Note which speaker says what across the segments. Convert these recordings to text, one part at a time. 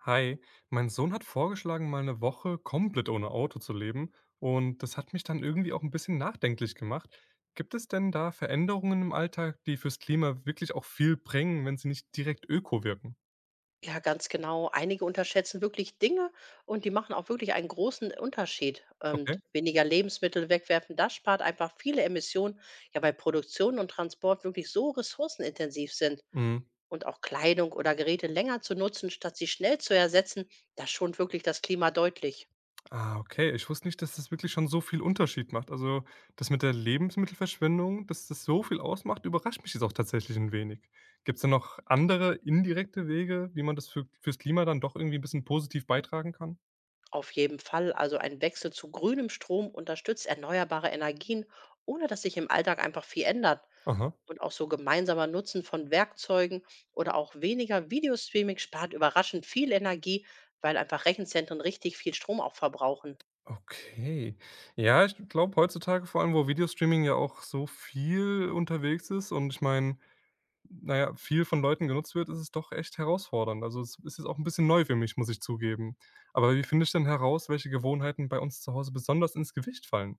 Speaker 1: Hi, mein Sohn hat vorgeschlagen, mal eine Woche komplett ohne Auto zu leben und das hat mich dann irgendwie auch ein bisschen nachdenklich gemacht. Gibt es denn da Veränderungen im Alltag, die fürs Klima wirklich auch viel bringen, wenn sie nicht direkt öko wirken?
Speaker 2: Ja, ganz genau. Einige unterschätzen wirklich Dinge und die machen auch wirklich einen großen Unterschied.
Speaker 1: Okay.
Speaker 2: Weniger Lebensmittel wegwerfen, das spart einfach viele Emissionen, ja, weil Produktion und Transport wirklich so ressourcenintensiv sind.
Speaker 1: Mhm.
Speaker 2: Und auch Kleidung oder Geräte länger zu nutzen, statt sie schnell zu ersetzen, das schont wirklich das Klima deutlich.
Speaker 1: Ah, okay. Ich wusste nicht, dass das wirklich schon so viel Unterschied macht. Also, das mit der Lebensmittelverschwendung, dass das so viel ausmacht, überrascht mich jetzt auch tatsächlich ein wenig. Gibt es denn noch andere indirekte Wege, wie man das fürs Klima dann doch irgendwie ein bisschen positiv beitragen kann?
Speaker 2: Auf jeden Fall, also ein Wechsel zu grünem Strom unterstützt erneuerbare Energien, ohne dass sich im Alltag einfach viel ändert.
Speaker 1: Aha.
Speaker 2: Und auch so gemeinsamer Nutzen von Werkzeugen oder auch weniger Videostreaming spart überraschend viel Energie, weil einfach Rechenzentren richtig viel Strom auch verbrauchen.
Speaker 1: Okay. Ja, ich glaube heutzutage vor allem, wo Videostreaming ja auch so viel unterwegs ist und ich meine, na ja, viel von Leuten genutzt wird, ist es doch echt herausfordernd. Also, es ist jetzt auch ein bisschen neu für mich, muss ich zugeben. Aber wie finde ich denn heraus, welche Gewohnheiten bei uns zu Hause besonders ins Gewicht fallen?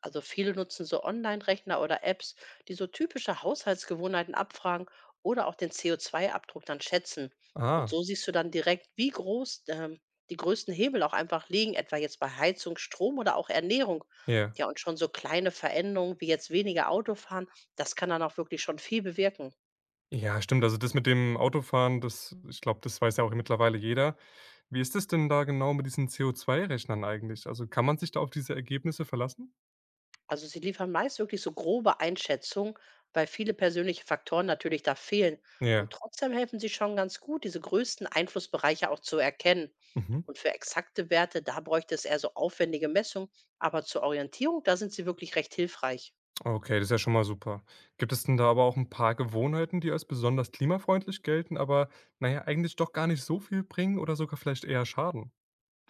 Speaker 2: Also viele nutzen so Online-Rechner oder Apps, die so typische Haushaltsgewohnheiten abfragen oder auch den CO2-Abdruck dann schätzen. Und
Speaker 1: Ah,
Speaker 2: so siehst du dann direkt, wie groß die größten Hebel auch einfach liegen, etwa jetzt bei Heizung, Strom oder auch Ernährung.
Speaker 1: ja.
Speaker 2: Ja, und schon so kleine Veränderungen wie jetzt weniger Autofahren, das kann dann auch wirklich schon viel bewirken.
Speaker 1: Ja, stimmt. Also, das mit dem Autofahren, das ich glaube, das weiß ja auch mittlerweile jeder. Wie ist das denn da genau mit diesen co zwei rechnern eigentlich? Also, kann man sich da auf diese Ergebnisse verlassen?
Speaker 2: Also sie liefern meist wirklich so grobe Einschätzungen, weil viele persönliche Faktoren natürlich da fehlen. Und
Speaker 1: Ja.
Speaker 2: trotzdem helfen sie schon ganz gut, diese größten Einflussbereiche auch zu erkennen.
Speaker 1: Mhm.
Speaker 2: Und für exakte Werte, da bräuchte es eher so aufwendige Messungen, aber zur Orientierung, da sind sie wirklich recht hilfreich.
Speaker 1: Okay, das ist ja schon mal super. Gibt es denn da aber auch ein paar Gewohnheiten, die als besonders klimafreundlich gelten, aber naja eigentlich doch gar nicht so viel bringen oder sogar vielleicht eher schaden?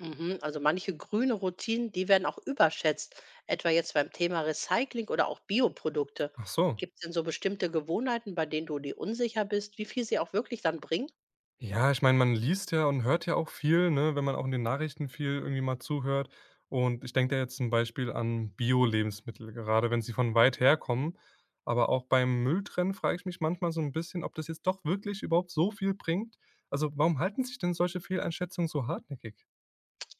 Speaker 2: Mhm, also manche grüne Routinen, die werden auch überschätzt, etwa jetzt beim Thema Recycling oder auch Bioprodukte.
Speaker 1: Ach so.
Speaker 2: Gibt es denn so bestimmte Gewohnheiten, bei denen du dir unsicher bist, wie viel sie auch wirklich dann bringen?
Speaker 1: Ja, ich meine, man liest ja und hört ja auch viel, ne, wenn man auch in den Nachrichten viel irgendwie mal zuhört. Und ich denke da jetzt zum Beispiel an Bio-Lebensmittel, gerade wenn sie von weit herkommen. Aber auch beim Müll frage ich mich manchmal so ein bisschen, ob das jetzt doch wirklich überhaupt so viel bringt. Also, warum halten sich denn solche Fehleinschätzungen so hartnäckig?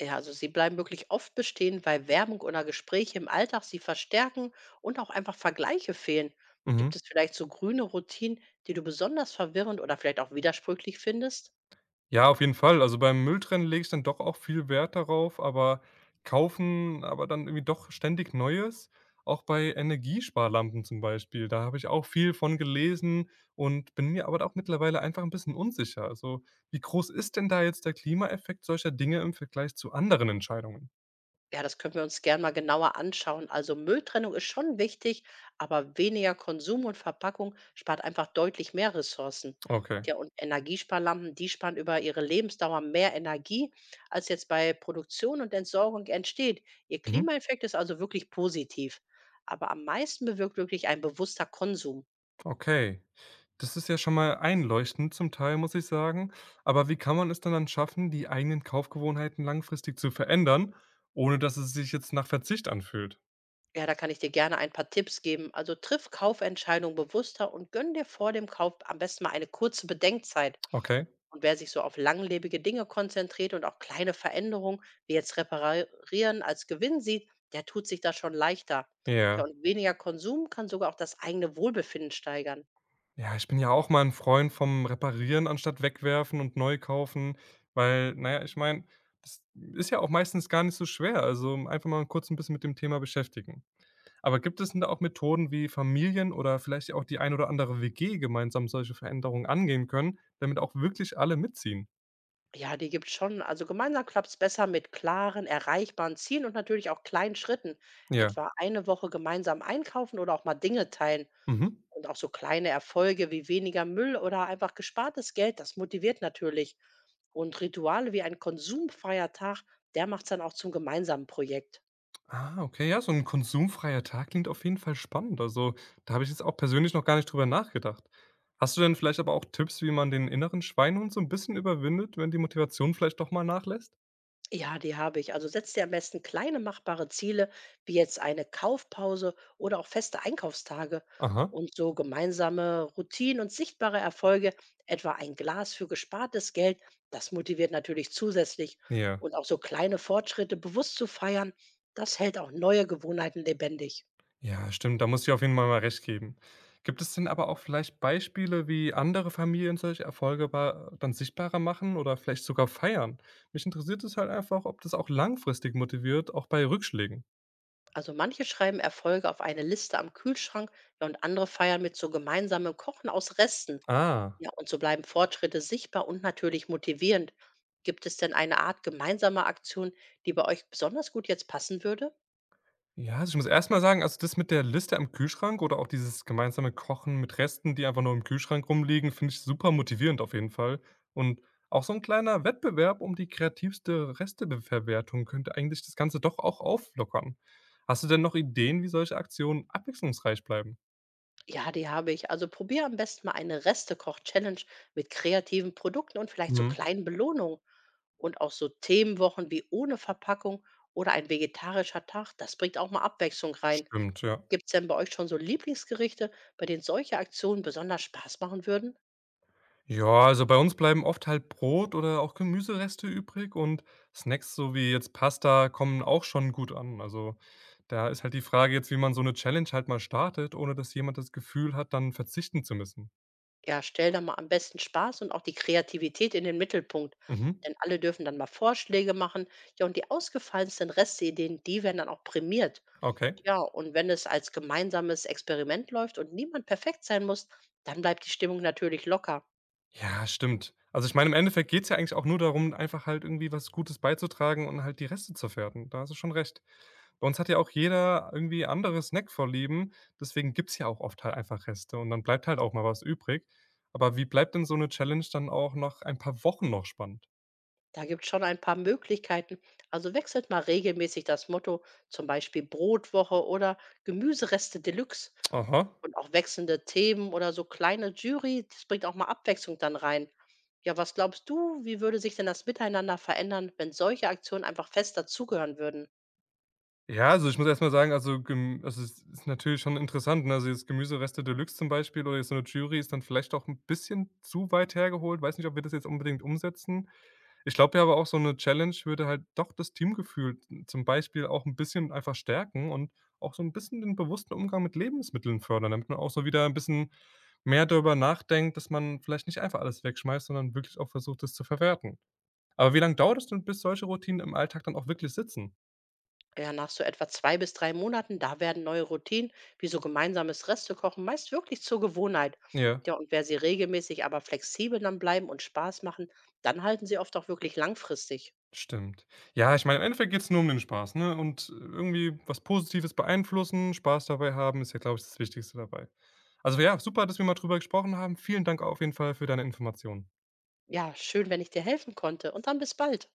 Speaker 2: Ja, also sie bleiben wirklich oft bestehen, weil Werbung oder Gespräche im Alltag sie verstärken und auch einfach Vergleiche fehlen.
Speaker 1: Mhm.
Speaker 2: Gibt es vielleicht so grüne Routinen, die du besonders verwirrend oder vielleicht auch widersprüchlich findest?
Speaker 1: Ja, auf jeden Fall. Also, beim Mülltrennen lege ich dann doch auch viel Wert darauf, aber kaufen aber dann irgendwie doch ständig Neues. Auch bei Energiesparlampen zum Beispiel, da habe ich auch viel von gelesen und bin mir aber auch mittlerweile einfach ein bisschen unsicher. Also, wie groß ist denn da jetzt der Klimaeffekt solcher Dinge im Vergleich zu anderen Entscheidungen?
Speaker 2: Ja, das können wir uns gern mal genauer anschauen. Also Mülltrennung ist schon wichtig, aber weniger Konsum und Verpackung spart einfach deutlich mehr Ressourcen.
Speaker 1: Okay.
Speaker 2: Ja, und Energiesparlampen, die sparen über ihre Lebensdauer mehr Energie, als jetzt bei Produktion und Entsorgung entsteht. Ihr
Speaker 1: Mhm.
Speaker 2: Klimaeffekt ist also wirklich positiv. Aber am meisten bewirkt wirklich ein bewusster Konsum.
Speaker 1: Okay, das ist ja schon mal einleuchtend zum Teil, muss ich sagen. Aber wie kann man es denn dann schaffen, die eigenen Kaufgewohnheiten langfristig zu verändern, ohne dass es sich jetzt nach Verzicht anfühlt?
Speaker 2: Ja, da kann ich dir gerne ein paar Tipps geben. Also triff Kaufentscheidungen bewusster und gönn dir vor dem Kauf am besten mal eine kurze Bedenkzeit.
Speaker 1: Okay,
Speaker 2: Und wer sich so auf langlebige Dinge konzentriert und auch kleine Veränderungen, wie jetzt Reparieren als Gewinn sieht, der tut sich da schon leichter. Tja,
Speaker 1: ja.
Speaker 2: und weniger Konsum kann sogar auch das eigene Wohlbefinden steigern.
Speaker 1: Ja, ich bin ja auch mal ein Freund vom Reparieren anstatt wegwerfen und neu kaufen, weil, naja, ich meine, das ist ja auch meistens gar nicht so schwer. Also einfach mal kurz ein bisschen mit dem Thema beschäftigen. Aber gibt es denn da auch Methoden, wie Familien oder vielleicht auch die ein oder andere WG gemeinsam solche Veränderungen angehen können, damit auch wirklich alle mitziehen?
Speaker 2: Ja, die gibt's schon. Also gemeinsam klappt's besser mit klaren, erreichbaren Zielen und natürlich auch kleinen Schritten.
Speaker 1: Ja.
Speaker 2: Etwa eine Woche gemeinsam einkaufen oder auch mal Dinge teilen.
Speaker 1: Mhm.
Speaker 2: Und auch so kleine Erfolge wie weniger Müll oder einfach gespartes Geld, das motiviert natürlich. Und Rituale wie ein Konsumfeiertag, der macht es dann auch zum gemeinsamen Projekt.
Speaker 1: Ah, okay, ja, so 'n konsumfreier Tag klingt auf jeden Fall spannend. Also, da habe ich jetzt auch persönlich noch gar nicht drüber nachgedacht. Hast du denn vielleicht aber auch Tipps, wie man den inneren Schweinehund so 'n bisschen überwindet, wenn die Motivation vielleicht doch mal nachlässt?
Speaker 2: Ja, die habe ich. Also setz dir am besten kleine machbare Ziele, wie jetzt eine Kaufpause oder auch feste Einkaufstage
Speaker 1: Aha,
Speaker 2: und so gemeinsame Routinen und sichtbare Erfolge, etwa ein Glas für gespartes Geld, das motiviert natürlich zusätzlich
Speaker 1: ja.
Speaker 2: und auch so kleine Fortschritte bewusst zu feiern, das hält auch neue Gewohnheiten lebendig.
Speaker 1: Ja, stimmt, da muss ich auf jeden Fall mal recht geben. Gibt es denn aber auch vielleicht Beispiele, wie andere Familien solche Erfolge ba dann sichtbarer machen oder vielleicht sogar feiern? Mich interessiert es halt einfach, ob das auch langfristig motiviert, auch bei Rückschlägen.
Speaker 2: Also manche schreiben Erfolge auf eine Liste am Kühlschrank, ja, und andere feiern mit so gemeinsamem Kochen aus Resten.
Speaker 1: Ah.
Speaker 2: Ja, und so bleiben Fortschritte sichtbar und natürlich motivierend. Gibt es denn eine Art gemeinsamer Aktion, die bei euch besonders gut jetzt passen würde?
Speaker 1: Ja, also ich muss erst mal sagen, also das mit der Liste am Kühlschrank oder auch dieses gemeinsame Kochen mit Resten, die einfach nur im Kühlschrank rumliegen, finde ich super motivierend auf jeden Fall. Und auch so ein kleiner Wettbewerb um die kreativste Resteverwertung könnte eigentlich das Ganze doch auch auflockern. Hast du denn noch Ideen, wie solche Aktionen abwechslungsreich bleiben?
Speaker 2: Ja, die habe ich. Also probier am besten mal eine Restekoch-Challenge mit kreativen Produkten und vielleicht so
Speaker 1: Mhm.
Speaker 2: kleinen Belohnungen. Und auch so Themenwochen wie ohne Verpackung oder ein vegetarischer Tag, das bringt auch mal Abwechslung rein.
Speaker 1: Stimmt, ja.
Speaker 2: Gibt es denn bei euch schon so Lieblingsgerichte, bei denen solche Aktionen besonders Spaß machen würden?
Speaker 1: Ja, also bei uns bleiben oft halt Brot oder auch Gemüsereste übrig und Snacks, so wie jetzt Pasta, kommen auch schon gut an. Also, da ist halt die Frage jetzt, wie man so eine Challenge halt mal startet, ohne dass jemand das Gefühl hat, dann verzichten zu müssen.
Speaker 2: Ja, stell da mal am besten Spaß und auch die Kreativität in den Mittelpunkt.
Speaker 1: Mhm,
Speaker 2: Denn alle dürfen dann mal Vorschläge machen. Ja, und die ausgefallensten Restideen, die werden dann auch prämiert.
Speaker 1: okay.
Speaker 2: Ja, und wenn es als gemeinsames Experiment läuft und niemand perfekt sein muss, dann bleibt die Stimmung natürlich locker.
Speaker 1: Ja, stimmt. Also, ich meine, im Endeffekt geht's ja eigentlich auch nur darum, einfach halt irgendwie was Gutes beizutragen und halt die Reste zu verwerten. Da hast du schon recht. Bei uns hat ja auch jeder irgendwie andere Snackvorlieben, deswegen gibt's ja auch oft halt einfach Reste und dann bleibt halt auch mal was übrig. Aber wie bleibt denn so eine Challenge dann auch nach ein paar Wochen noch spannend?
Speaker 2: Da gibt es schon ein paar Möglichkeiten. Also wechselt mal regelmäßig das Motto, zum Beispiel Brotwoche oder Gemüsereste Deluxe.
Speaker 1: Aha.
Speaker 2: Und auch wechselnde Themen oder so kleine Jury, das bringt auch mal Abwechslung dann rein. Ja, was glaubst du, wie würde sich denn das Miteinander verändern, wenn solche Aktionen einfach fest dazugehören würden?
Speaker 1: Ja, also, ich muss erst mal sagen, also, es ist natürlich schon interessant, ne? Also, jetzt Gemüsereste Deluxe zum Beispiel oder jetzt so eine Jury ist dann vielleicht auch ein bisschen zu weit hergeholt. Weiß nicht, ob wir das jetzt unbedingt umsetzen. Ich glaube ja aber auch, so 'ne Challenge würde halt doch das Teamgefühl zum Beispiel auch 'n bisschen einfach stärken und auch so 'n bisschen den bewussten Umgang mit Lebensmitteln fördern, damit man auch so wieder 'n bisschen mehr darüber nachdenkt, dass man vielleicht nicht einfach alles wegschmeißt, sondern wirklich auch versucht, das zu verwerten. Aber wie lang dauert es denn, bis solche Routinen im Alltag dann auch wirklich sitzen?
Speaker 2: Ja, nach so etwa 2 bis 3 Monaten, da werden neue Routinen, wie so gemeinsames Restekochen, meist wirklich zur Gewohnheit.
Speaker 1: Ja.
Speaker 2: Ja, und wer sie regelmäßig, aber flexibel dann bleiben und Spaß machen, dann halten sie oft auch wirklich langfristig.
Speaker 1: Stimmt. Ja, ich meine, im Endeffekt geht es nur um den Spaß, ne? Und irgendwie was Positives beeinflussen, Spaß dabei haben, ist ja, glaube ich, das Wichtigste dabei. Also ja, super, dass wir mal drüber gesprochen haben. Vielen Dank auf jeden Fall für deine Informationen.
Speaker 2: Ja, schön, wenn ich dir helfen konnte. Und dann bis bald.